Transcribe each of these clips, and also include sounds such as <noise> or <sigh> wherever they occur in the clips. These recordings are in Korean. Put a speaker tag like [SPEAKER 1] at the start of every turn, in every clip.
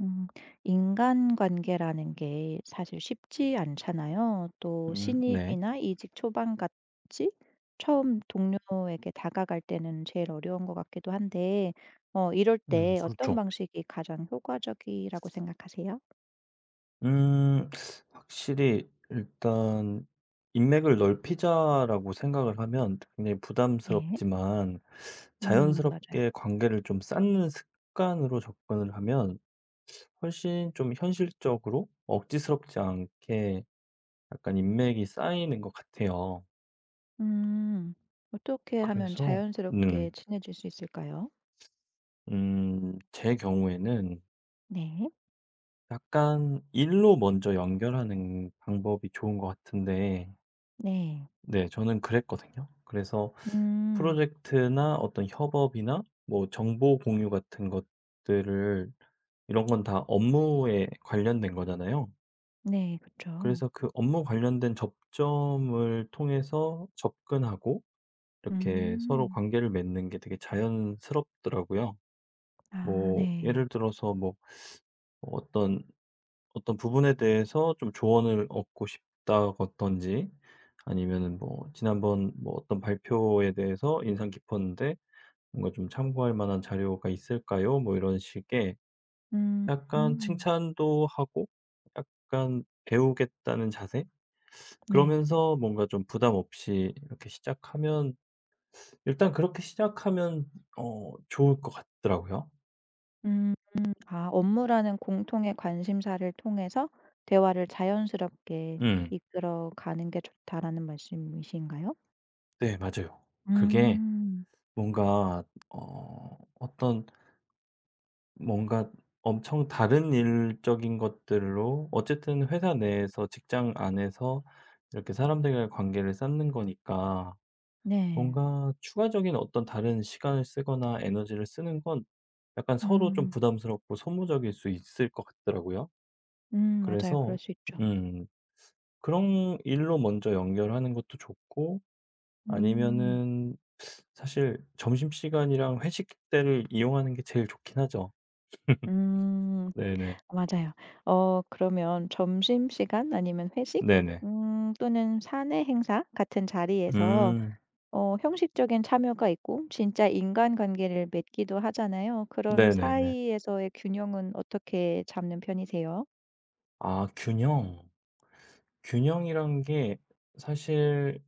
[SPEAKER 1] 음, 인간관계라는 게 사실 쉽지 않잖아요. 또
[SPEAKER 2] 네.
[SPEAKER 1] 신입이나 이직 초반 같이 처음 동료에게 다가갈 때는 제일 어려운 것 같기도 한데, 이럴 때 어떤
[SPEAKER 2] 그렇죠.
[SPEAKER 1] 방식이 가장 효과적이라고 생각하세요?
[SPEAKER 2] 음 확실히 일단 인맥을 넓히자라고 생각을 하면 굉장히
[SPEAKER 1] 네.
[SPEAKER 2] 부담스럽지만,
[SPEAKER 1] 맞아요.
[SPEAKER 2] 자연스럽게 관계를 좀 쌓는 습관으로 접근을 하면 훨씬 좀 현실적으로 억지스럽지 않게 약간 인맥이 쌓이는 것 같아요.
[SPEAKER 1] 음, 어떻게 하면
[SPEAKER 2] 그래서 네.
[SPEAKER 1] 자연스럽게 친해질 수 있을까요?
[SPEAKER 2] 제 경우에는
[SPEAKER 1] 네.
[SPEAKER 2] 약간 일로 먼저 연결하는 방법이 좋은 것 같은데,
[SPEAKER 1] 네.
[SPEAKER 2] 네. 저는 그랬거든요. 그래서
[SPEAKER 1] 음,
[SPEAKER 2] 프로젝트나 어떤 협업이나 뭐 정보 공유 같은 것들을, 이런 건 다 업무에 관련된 거잖아요.
[SPEAKER 1] 네, 그렇죠.
[SPEAKER 2] 그래서 그 업무 관련된 접점을 통해서 접근하고 이렇게 서로
[SPEAKER 1] 음,
[SPEAKER 2] 관계를 맺는 게 되게 자연스럽더라고요.
[SPEAKER 1] 아,
[SPEAKER 2] 뭐
[SPEAKER 1] 네.
[SPEAKER 2] 예를 들어서 뭐 어떤 어떤 부분에 대해서 좀 조언을 얻고 싶다든지, 아니면은 뭐 지난번 뭐 어떤 발표에 대해서 인상 깊었는데 뭔가 좀 참고할 만한 자료가 있을까요? 뭐 이런 식의
[SPEAKER 1] 음.
[SPEAKER 2] 약간
[SPEAKER 1] 음.
[SPEAKER 2] 칭찬도 하고 약간 배우겠다는 자세?
[SPEAKER 1] 네.
[SPEAKER 2] 그러면서 뭔가 좀 부담 없이 이렇게 시작하면, 일단 그렇게 시작하면 좋을 것 같더라고요.
[SPEAKER 1] 음. 아 업무라는 공통의 관심사를 통해서 대화를 자연스럽게
[SPEAKER 2] 음.
[SPEAKER 1] 이끌어 가는 게 좋다라는 말씀이신가요?
[SPEAKER 2] 네 맞아요. 그게
[SPEAKER 1] 음.
[SPEAKER 2] 뭔가 어떤 뭔가 엄청 다른 일적인 것들로 어쨌든 회사 내에서 직장 안에서 이렇게 사람들과의 관계를 쌓는 거니까,
[SPEAKER 1] 네.
[SPEAKER 2] 뭔가 추가적인 어떤 다른 시간을 쓰거나 에너지를 쓰는 건 약간 서로 좀
[SPEAKER 1] 음.
[SPEAKER 2] 부담스럽고 소모적일 수 있을 것 같더라고요.
[SPEAKER 1] 맞아요.
[SPEAKER 2] 그래서
[SPEAKER 1] 그럴 수 있죠.
[SPEAKER 2] 음 그런 일로 먼저 연결하는 것도 좋고,
[SPEAKER 1] 음.
[SPEAKER 2] 아니면은 사실 점심시간이랑 회식 때를 이용하는 게 제일 좋긴 하죠.
[SPEAKER 1] 음.
[SPEAKER 2] 네네.
[SPEAKER 1] 맞아요. 어 그러면 점심시간 아니면 회식
[SPEAKER 2] 네네.
[SPEAKER 1] 또는 사내 행사 같은 자리에서
[SPEAKER 2] 음.
[SPEAKER 1] 어 형식적인 참여가 있고 진짜 인간관계를 맺기도 하잖아요. 그런
[SPEAKER 2] 네네네.
[SPEAKER 1] 사이에서의 균형은 어떻게 잡는 편이세요?
[SPEAKER 2] 아 균형. 균형이란 게 사실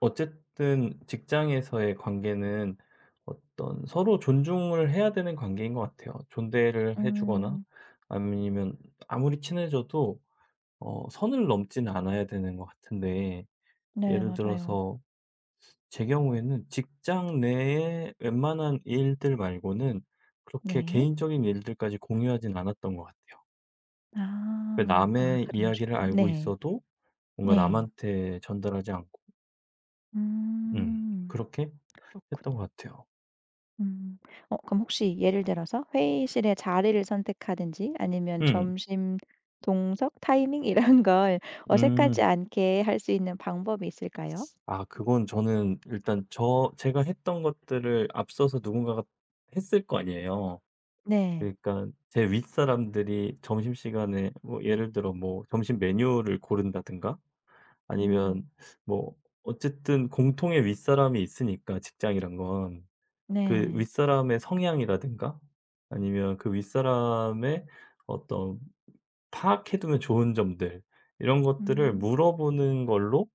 [SPEAKER 2] 어쨌든 직장에서의 관계는 어떤 서로 존중을 해야 되는 관계인 것 같아요. 존대를 해 주거나
[SPEAKER 1] 음.
[SPEAKER 2] 아니면 아무리 친해져도 선을 넘지는 않아야 되는 것 같은데,
[SPEAKER 1] 네
[SPEAKER 2] 예를
[SPEAKER 1] 맞아요.
[SPEAKER 2] 들어서 제 경우에는 직장 내에 웬만한 일들 말고는 그렇게
[SPEAKER 1] 네.
[SPEAKER 2] 개인적인 일들까지 공유하진 않았던 것 같아요. 그
[SPEAKER 1] 아. 아
[SPEAKER 2] 남의
[SPEAKER 1] 그런
[SPEAKER 2] 이야기를
[SPEAKER 1] 식으로.
[SPEAKER 2] 알고
[SPEAKER 1] 네.
[SPEAKER 2] 있어도 뭔가
[SPEAKER 1] 네.
[SPEAKER 2] 남한테 전달하지 않고
[SPEAKER 1] 음.
[SPEAKER 2] 그렇게 했던
[SPEAKER 1] 그렇군요.
[SPEAKER 2] 것 같아요.
[SPEAKER 1] 음. 어 그럼 혹시 예를 들어서 회의실의 자리를 선택하든지 아니면
[SPEAKER 2] 음.
[SPEAKER 1] 점심 동석 타이밍 이런 <laughs> 걸 어색하지
[SPEAKER 2] 음.
[SPEAKER 1] 않게 할 수 있는 방법이 있을까요?
[SPEAKER 2] 아 그건 저는 일단 제가 했던 것들을 앞서서 누군가가 했을 거 아니에요.
[SPEAKER 1] 네.
[SPEAKER 2] 그러니까 제 윗사람들이 점심시간에 뭐 예를 들어 뭐 점심 메뉴를 고른다든가
[SPEAKER 1] 음.
[SPEAKER 2] 아니면 뭐, 어쨌든 공통의 윗사람이 있으니까 직장이란 건. 그
[SPEAKER 1] 네.
[SPEAKER 2] 윗사람의 성향이라든가 아니면 그 윗사람의 어떤 파악해두면 좋은 점들, 이런 것들을
[SPEAKER 1] 음.
[SPEAKER 2] 물어보는 걸로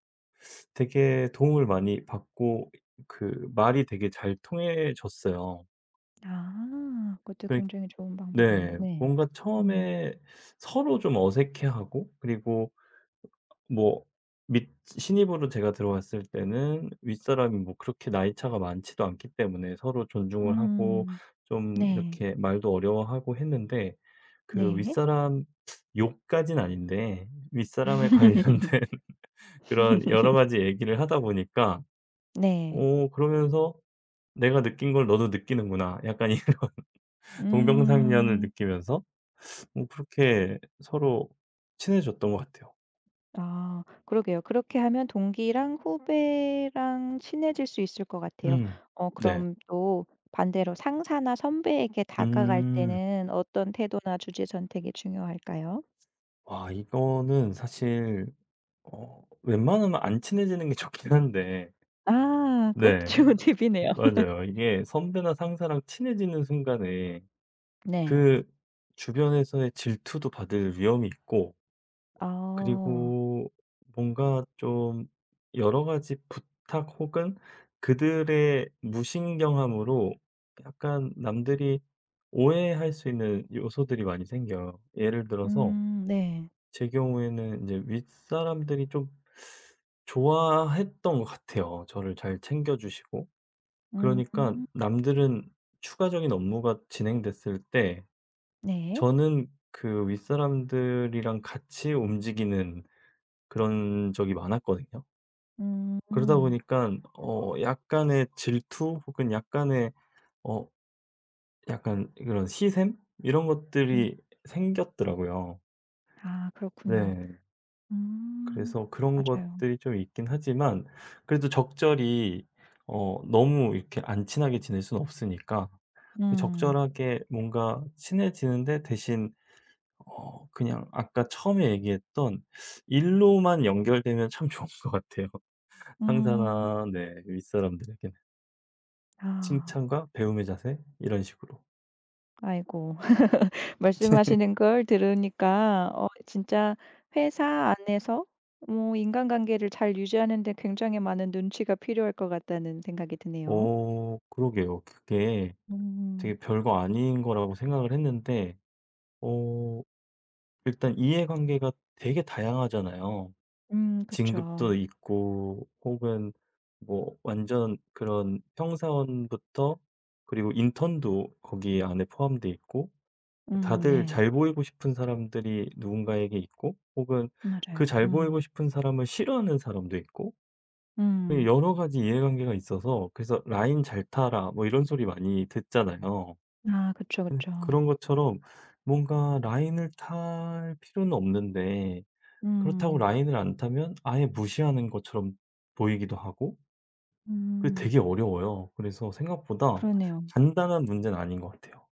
[SPEAKER 2] 되게 도움을 많이 받고 그 말이 되게 잘 통해졌어요.
[SPEAKER 1] 아 그것도
[SPEAKER 2] 그니
[SPEAKER 1] 굉장히 좋은 방법이네요.
[SPEAKER 2] 네.
[SPEAKER 1] 네.
[SPEAKER 2] 뭔가
[SPEAKER 1] 음.
[SPEAKER 2] 처음에 서로 좀 어색해하고, 그리고 뭐 밑 신입으로 제가 들어왔을 때는 윗사람이 뭐 그렇게 나이 차가 많지도 않기 때문에 서로 존중을 하고
[SPEAKER 1] 음.
[SPEAKER 2] 좀
[SPEAKER 1] 네.
[SPEAKER 2] 이렇게 말도 어려워하고 했는데, 그
[SPEAKER 1] 네.
[SPEAKER 2] 윗사람 욕까진 아닌데 윗사람에 <laughs> 관련된 그런 여러 가지 얘기를 하다 보니까,
[SPEAKER 1] 네.
[SPEAKER 2] 오 그러면서 '내가 느낀 걸 너도 느끼는구나.' 약간 이 <laughs> 동병상련을
[SPEAKER 1] 음.
[SPEAKER 2] 느끼면서 뭐 그렇게 서로 친해졌던 것 같아요.
[SPEAKER 1] 아 그러게요. 그렇게 하면 동기랑 후배랑 친해질 수 있을 것 같아요.
[SPEAKER 2] 음.
[SPEAKER 1] 어
[SPEAKER 2] 네.
[SPEAKER 1] 그럼 또 반대로 상사나 선배에게 다가갈
[SPEAKER 2] 음.
[SPEAKER 1] 때는 어떤 태도나 주제 선택이 중요할까요?
[SPEAKER 2] 와 이거는 사실 웬만하면 안 친해지는 게 좋긴 한데.
[SPEAKER 1] 아 그것도
[SPEAKER 2] 네.
[SPEAKER 1] 좋은 팁이네요.
[SPEAKER 2] 맞아요. 이게 선배나 상사랑 친해지는 순간에
[SPEAKER 1] 네.
[SPEAKER 2] 그 주변에서의 질투도 받을 위험이 있고,
[SPEAKER 1] 아.
[SPEAKER 2] 그리고 뭔가 좀 여러 가지 부탁 혹은 그들의 무신경함으로 약간 남들이 오해할 수 있는 요소들이 많이 생겨요. 예를 들어서
[SPEAKER 1] 네.
[SPEAKER 2] 제 경우에는 이제 윗사람들이 좀 좋아했던 것 같아요, 저를 잘 챙겨 주시고.
[SPEAKER 1] 음.
[SPEAKER 2] 그러니까 남들은 추가적인 업무가 진행됐을 때
[SPEAKER 1] 네.
[SPEAKER 2] 저는 그 윗사람들이랑 같이 움직이는 그런 적이 많았거든요. 그러다 보
[SPEAKER 1] 음.
[SPEAKER 2] 니까 약간의 질투 혹은 약간의 어 약간 그런 시샘 이런
[SPEAKER 1] 음.
[SPEAKER 2] 것들이 생겼더라고요.
[SPEAKER 1] 아 그렇군요.
[SPEAKER 2] 네.
[SPEAKER 1] 음.
[SPEAKER 2] 그래서 그런
[SPEAKER 1] 맞아요.
[SPEAKER 2] 것들이 좀 있긴 하지만, 그래도 적절히 너무 이렇게 안 친하게 지낼 수는 없으니까 그
[SPEAKER 1] 음.
[SPEAKER 2] 적절하게 뭔가 친해지는데, 대신 그냥 아까 처음에 얘기했던 일로만 연결되면 참 좋은 것 같아요.
[SPEAKER 1] 음.
[SPEAKER 2] 상사나 네 윗사람들에게는
[SPEAKER 1] 아.
[SPEAKER 2] 칭찬과 배움의 자세 이런 식으로.
[SPEAKER 1] 아이고. <laughs> 말씀하시는 걸 들으니까 어 진짜 회사 안에서 뭐 인간관계를 잘 유지하는 데 굉장히 많은 눈치가 필요할 것 같다는 생각이 드네요.
[SPEAKER 2] 그러게요. 그게
[SPEAKER 1] 음.
[SPEAKER 2] 되게 별거 아닌 거라고 생각을 했는데 어 일단 이해관계가 되게 다양하잖아요.
[SPEAKER 1] 그쵸.
[SPEAKER 2] 진급도 있고 혹은 뭐 완전 그런 평사원부터, 그리고 인턴도 거기 안에 포함돼 있고, 다들
[SPEAKER 1] 네.
[SPEAKER 2] 잘 보이고 싶은 사람들이 누군가에게 있고, 혹은 그
[SPEAKER 1] 맞아요.
[SPEAKER 2] 잘 보이고
[SPEAKER 1] 음.
[SPEAKER 2] 싶은 사람을 싫어하는 사람도 있고, 그
[SPEAKER 1] 음.
[SPEAKER 2] 여러 가지 이해관계가 있어서 그래서 "라인 잘 타라." 뭐 이런 소리 많이 듣잖아요.
[SPEAKER 1] 아 그쵸, 그쵸.
[SPEAKER 2] 그런 것처럼 뭔가 라인을 탈 필요는 없는데, 그렇다고
[SPEAKER 1] 음.
[SPEAKER 2] 라인을 안 타면 아예 무시하는 것처럼 보이기도 하고, 그게
[SPEAKER 1] 음.
[SPEAKER 2] 되게 어려워요. 그래서 생각보다
[SPEAKER 1] 그러네요.
[SPEAKER 2] 간단한 문제는 아닌 것 같아요.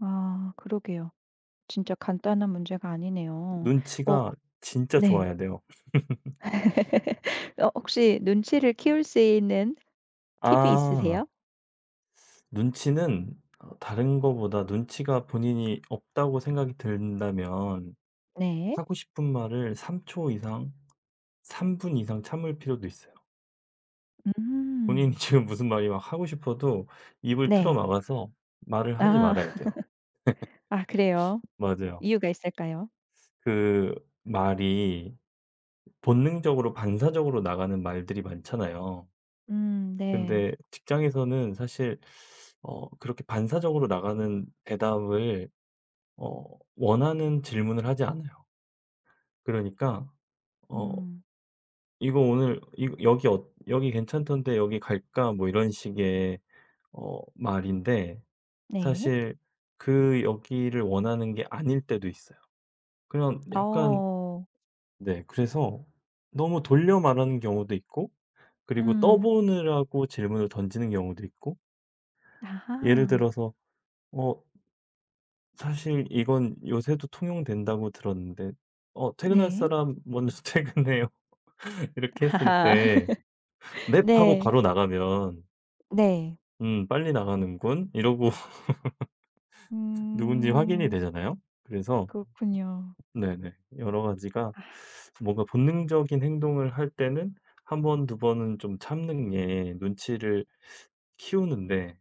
[SPEAKER 1] 아 그러게요. 진짜 간단한 문제가 아니네요. 어
[SPEAKER 2] 눈치가 진짜
[SPEAKER 1] 네.
[SPEAKER 2] 좋아야 돼요.
[SPEAKER 1] 어 혹시 눈치를 키울 수 있는 팁이
[SPEAKER 2] 아
[SPEAKER 1] 있으세요?
[SPEAKER 2] 눈치는 다른 거보다 눈치가 본인이 없다고 생각이 든다면
[SPEAKER 1] 네.
[SPEAKER 2] 하고 싶은 말을 3초 이상, 3분 이상 참을 필요도 있어요. 본인이
[SPEAKER 1] 음.
[SPEAKER 2] <laughs> 지금 무슨 말이 막 하고 싶어도 입을 틀어
[SPEAKER 1] 네.
[SPEAKER 2] 막아서 말을 하지
[SPEAKER 1] 아.
[SPEAKER 2] 말아야
[SPEAKER 1] <laughs>
[SPEAKER 2] 돼요.
[SPEAKER 1] 아 그래요?
[SPEAKER 2] 맞아요.
[SPEAKER 1] 이유가 있을까요?
[SPEAKER 2] 그 말이 본능적으로 반사적으로 나가는 말들이 많잖아요.
[SPEAKER 1] 네.
[SPEAKER 2] 근데 직장에서는 사실 그렇게 반사적으로 나가는 대답을 어 원하는 질문을 하지 않아요. 그러니까 어
[SPEAKER 1] 음
[SPEAKER 2] "이거 오늘 이 여기 어 여기 괜찮던데 여기 갈까?" 뭐 이런 식의 말인데,
[SPEAKER 1] 네.
[SPEAKER 2] 사실 그 여기를 원하는 게 아닐 때도 있어요. 그냥 약간,
[SPEAKER 1] 어.
[SPEAKER 2] 네, 그래서 너무 돌려 말하는 경우도 있고, 그리고
[SPEAKER 1] 음.
[SPEAKER 2] 떠보느라고 질문을 던지는 경우도 있고. 예를
[SPEAKER 1] 아하.
[SPEAKER 2] 들어서, "어 사실 이건 요새도 통용된다고 들었는데 어 퇴근할
[SPEAKER 1] 네.
[SPEAKER 2] 사람 먼저 <laughs> 퇴근해요." <laughs> 이렇게 했을
[SPEAKER 1] 아하.
[SPEAKER 2] 때
[SPEAKER 1] <laughs>
[SPEAKER 2] "넵." 하고
[SPEAKER 1] 네.
[SPEAKER 2] 바로 나가면
[SPEAKER 1] 네.
[SPEAKER 2] '음 빨리 나가는군.' 이러고 <laughs> 누군지 확인이
[SPEAKER 1] 음.
[SPEAKER 2] 되잖아요. 그래서
[SPEAKER 1] 그렇군요.
[SPEAKER 2] 네네. 여러 가지가
[SPEAKER 1] 아.
[SPEAKER 2] 뭔가 본능적인 행동을 할 때는 한 번 두 번은 좀 참는 게 눈치를 키우는데,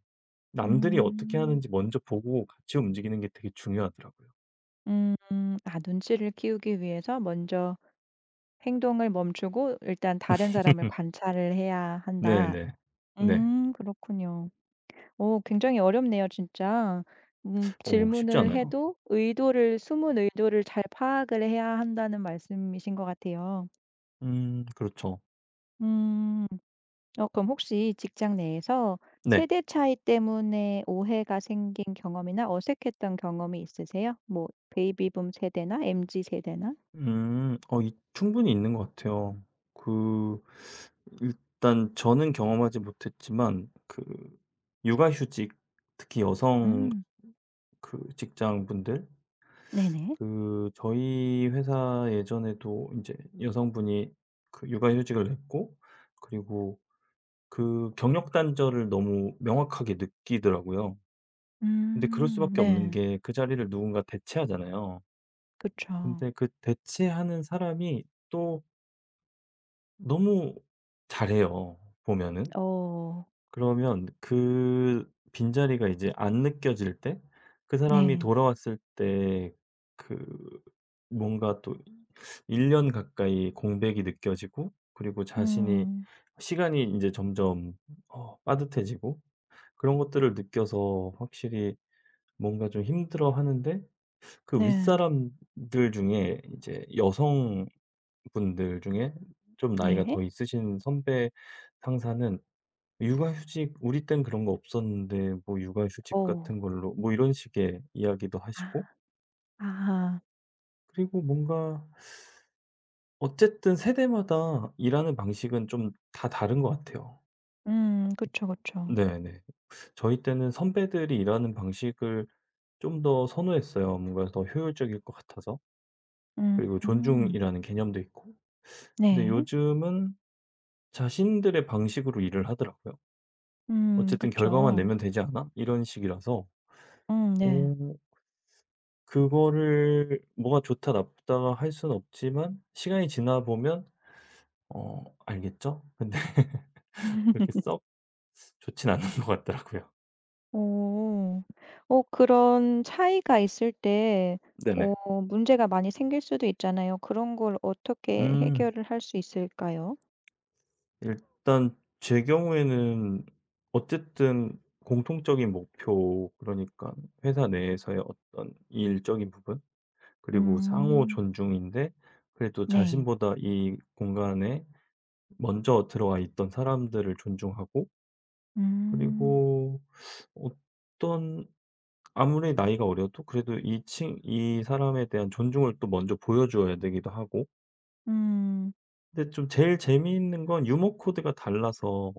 [SPEAKER 2] 남들이 어떻게
[SPEAKER 1] 음.
[SPEAKER 2] 하는지 먼저 보고 같이 움직이는 게 되게 중요하더라고요.
[SPEAKER 1] 음. 음. 아 눈치를 키우기 위해서 먼저 행동을 멈추고 일단 다른 사람을
[SPEAKER 2] <laughs>
[SPEAKER 1] 관찰을 해야 한다.
[SPEAKER 2] 네네. 네.
[SPEAKER 1] 그렇군요. 오, 굉장히 어렵네요 진짜.
[SPEAKER 2] 쉽지
[SPEAKER 1] 질문을
[SPEAKER 2] 않아요.
[SPEAKER 1] 해도 의도를 숨은 의도를 잘 파악을 해야 한다는 말씀이신 것 같아요.
[SPEAKER 2] 그렇죠.
[SPEAKER 1] 음. 어 그럼 혹시 직장 내에서
[SPEAKER 2] 네.
[SPEAKER 1] 세대 차이 때문에 오해가 생긴 경험이나 어색했던 경험이 있으세요? 뭐 베이비붐 세대나 MZ 세대나?
[SPEAKER 2] 이 충분히 있는 것 같아요. 그 일단 저는 경험하지 못했지만 그 육아휴직, 특히 여성
[SPEAKER 1] 음.
[SPEAKER 2] 그 직장분들,
[SPEAKER 1] 네네.
[SPEAKER 2] 그 저희 회사 예전에도 이제 여성분이 그 육아휴직을 냈고, 그리고 그 경력 단절을 너무 명확하게 느끼더라고요. 근데 그럴
[SPEAKER 1] 음.
[SPEAKER 2] 수밖에 없는
[SPEAKER 1] 네.
[SPEAKER 2] 게 그 자리를 누군가 대체하잖아요.
[SPEAKER 1] 그쵸.
[SPEAKER 2] 근데 그 대체하는 사람이 또 너무 잘해요 보면은.
[SPEAKER 1] 어
[SPEAKER 2] 그러면 그 빈자리가 이제 안 느껴질 때 그 사람이
[SPEAKER 1] 네.
[SPEAKER 2] 돌아왔을 때 그 뭔가 또 1년 가까이 공백이 느껴지고, 그리고 자신이
[SPEAKER 1] 음
[SPEAKER 2] 시간이 이제 점점 빠듯해지고 그런 것들을 느껴서 확실히 뭔가 좀 힘들어하는데, 그
[SPEAKER 1] 네.
[SPEAKER 2] 윗사람들 중에 이제 여성분들 중에 좀 나이가
[SPEAKER 1] 네.
[SPEAKER 2] 더 있으신 선배 상사는 육아휴직 우리 땐 그런 거 없었는데 뭐 육아휴직
[SPEAKER 1] 어.
[SPEAKER 2] 같은 걸로 뭐 이런 식의 이야기도
[SPEAKER 1] 아
[SPEAKER 2] 하시고.
[SPEAKER 1] 아하.
[SPEAKER 2] 그리고 뭔가 어쨌든 세대마다 일하는 방식은 좀 다 다른 것 같아요.
[SPEAKER 1] 그쵸, 그쵸.
[SPEAKER 2] 네네. 저희 때는 선배들이 일하는 방식을 좀 더 선호했어요. 뭔가 더 효율적일 것 같아서.
[SPEAKER 1] 음
[SPEAKER 2] 그리고
[SPEAKER 1] 음,
[SPEAKER 2] 존중이라는 개념도 있고. 근데
[SPEAKER 1] 네.
[SPEAKER 2] 요즘은 자신들의 방식으로 일을 하더라고요. 어쨌든 결과만
[SPEAKER 1] 그쵸.
[SPEAKER 2] 내면 되지 않아? 이런 식이라서
[SPEAKER 1] 네.
[SPEAKER 2] 어 그거를 뭐가 좋다 나쁘다 할 수는 없지만 시간이 지나 보면 알겠죠? 근데 <laughs> 그렇게 썩 좋진 않은 것 같더라고요.
[SPEAKER 1] 오오 어 그런 차이가 있을 때 어
[SPEAKER 2] 네네.
[SPEAKER 1] 문제가 많이 생길 수도 있잖아요. 그런 걸 어떻게
[SPEAKER 2] 음.
[SPEAKER 1] 해결을 할 수 있을까요?
[SPEAKER 2] 일단 제 경우에는 어쨌든 공통적인 목표, 그러니까 회사 내에서의 어떤 일적인 부분, 그리고 상호
[SPEAKER 1] 음
[SPEAKER 2] 존중인데, 그래도
[SPEAKER 1] 네.
[SPEAKER 2] 자신보다 이 공간에 먼저 들어와 있던 사람들을 존중하고,
[SPEAKER 1] 음.
[SPEAKER 2] 그리고 어떤 아무리 나이가 어려도 그래도 이 사람에 대한 존중을 또 먼저 보여 줘야 되기도 하고.
[SPEAKER 1] 음
[SPEAKER 2] 근데 좀 제일 재미있는 건 유머 코드가 달라서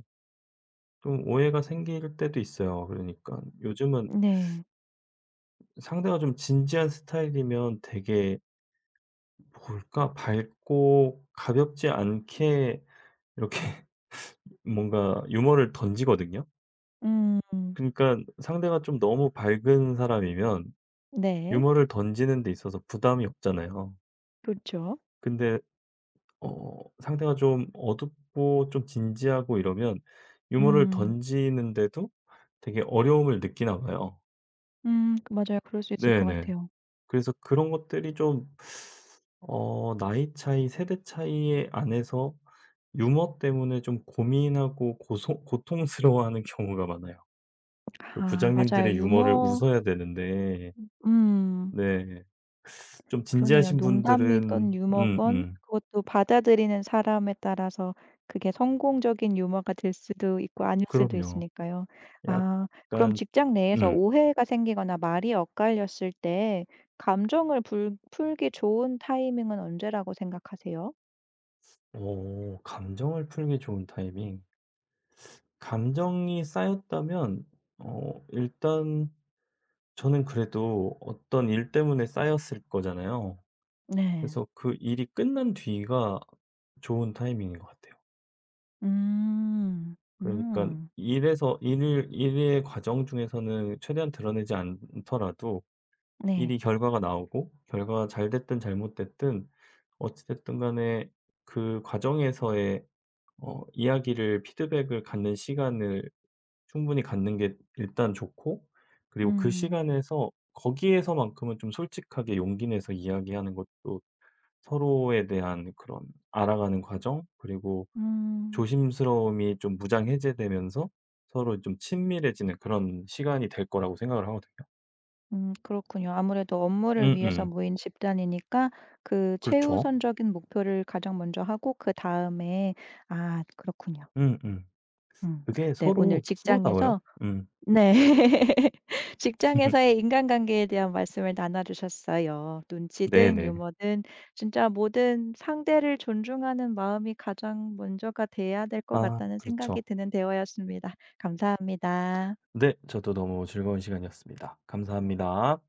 [SPEAKER 2] 좀 오해가 생길 때도 있어요. 그러니까 요즘은
[SPEAKER 1] 네.
[SPEAKER 2] 상대가 좀 진지한 스타일이면 되게 뭘까? 밝고 가볍지 않게 이렇게 <laughs> 뭔가 유머를 던지거든요.
[SPEAKER 1] 음
[SPEAKER 2] 그러니까 상대가 좀 너무 밝은 사람이면
[SPEAKER 1] 네.
[SPEAKER 2] 유머를 던지는 데 있어서 부담이 없잖아요.
[SPEAKER 1] 그쵸.
[SPEAKER 2] 근데 상대가 좀 어둡고 좀 진지하고 이러면 유머를
[SPEAKER 1] 음.
[SPEAKER 2] 던지는데도 되게 어려움을 느끼나 봐요.
[SPEAKER 1] 맞아요. 그럴 수 있을 것
[SPEAKER 2] 네네.
[SPEAKER 1] 같아요.
[SPEAKER 2] 그래서 그런 것들이 좀 나이 차이, 세대 차이 안에서 유머 때문에 좀 고민하고 고소 고통스러워하는 <laughs> 경우가 많아요. 그
[SPEAKER 1] 아 맞아요.
[SPEAKER 2] 부장님들의 유머를
[SPEAKER 1] 유머
[SPEAKER 2] 웃어야 되는데
[SPEAKER 1] 음
[SPEAKER 2] 네, 좀
[SPEAKER 1] 그러네요.
[SPEAKER 2] 진지하신 분들은
[SPEAKER 1] 농담이건 유머건
[SPEAKER 2] 음음
[SPEAKER 1] 그것도 받아들이는 사람에 따라서 그게 성공적인 유머가 될 수도 있고 아닐 수도
[SPEAKER 2] 그럼요.
[SPEAKER 1] 있으니까요. 아 그럼
[SPEAKER 2] 약간.
[SPEAKER 1] 직장 내에서
[SPEAKER 2] 음.
[SPEAKER 1] 오해가 생기거나 말이 엇갈렸을 때 감정을 불 풀기 좋은 타이밍은 언제라고 생각하세요?
[SPEAKER 2] 오 감정을 풀기 좋은 타이밍. 감정이 쌓였다면 일단 저는 그래도 어떤 일 때문에 쌓였을 거잖아요.
[SPEAKER 1] 네.
[SPEAKER 2] 그래서 그 일이 끝난 뒤가 좋은 타이밍인 것 같아요.
[SPEAKER 1] 음.
[SPEAKER 2] 그러니까
[SPEAKER 1] 음.
[SPEAKER 2] 일에서 일을 일의 과정 중에서는 최대한 드러내지 않더라도
[SPEAKER 1] 네.
[SPEAKER 2] 일이 결과가 나오고, 결과가 잘 됐든 잘못됐든 어찌 됐든 간에 그 과정에서의 이야기를 피드백을 갖는 시간을 충분히 갖는 게 일단 좋고, 그리고 그
[SPEAKER 1] 음.
[SPEAKER 2] 시간에서 거기에서만큼은 좀 솔직하게 용기 내서 이야기하는 것도 서로에 대한 그런 알아가는 과정, 그리고
[SPEAKER 1] 음.
[SPEAKER 2] 조심스러움이 좀 무장 해제되면서 서로 좀 친밀해지는 그런 시간이 될 거라고 생각을 하거든요.
[SPEAKER 1] 그렇군요. 아무래도 업무를 위해서
[SPEAKER 2] 음음.
[SPEAKER 1] 모인 집단이니까 그
[SPEAKER 2] 그렇죠.
[SPEAKER 1] 최우선적인 목표를 가장 먼저 하고 그다음에 아 그렇군요.
[SPEAKER 2] 음음.
[SPEAKER 1] 음.
[SPEAKER 2] 그게
[SPEAKER 1] 네 오늘
[SPEAKER 2] 서로 프로다워요.
[SPEAKER 1] 직장에서
[SPEAKER 2] 음.
[SPEAKER 1] 네. <laughs>
[SPEAKER 2] <laughs>
[SPEAKER 1] 직장에서의 인간관계에 대한 말씀을 나눠 주셨어요. 눈치든
[SPEAKER 2] 네네.
[SPEAKER 1] 유머든 진짜 모든 상대를 존중하는 마음이 가장 먼저가 돼야 될 것
[SPEAKER 2] 아
[SPEAKER 1] 같다는 생각이
[SPEAKER 2] 그렇죠.
[SPEAKER 1] 드는 대화였습니다. 감사합니다.
[SPEAKER 2] 네. 저도 너무 즐거운 시간이었습니다. 감사합니다.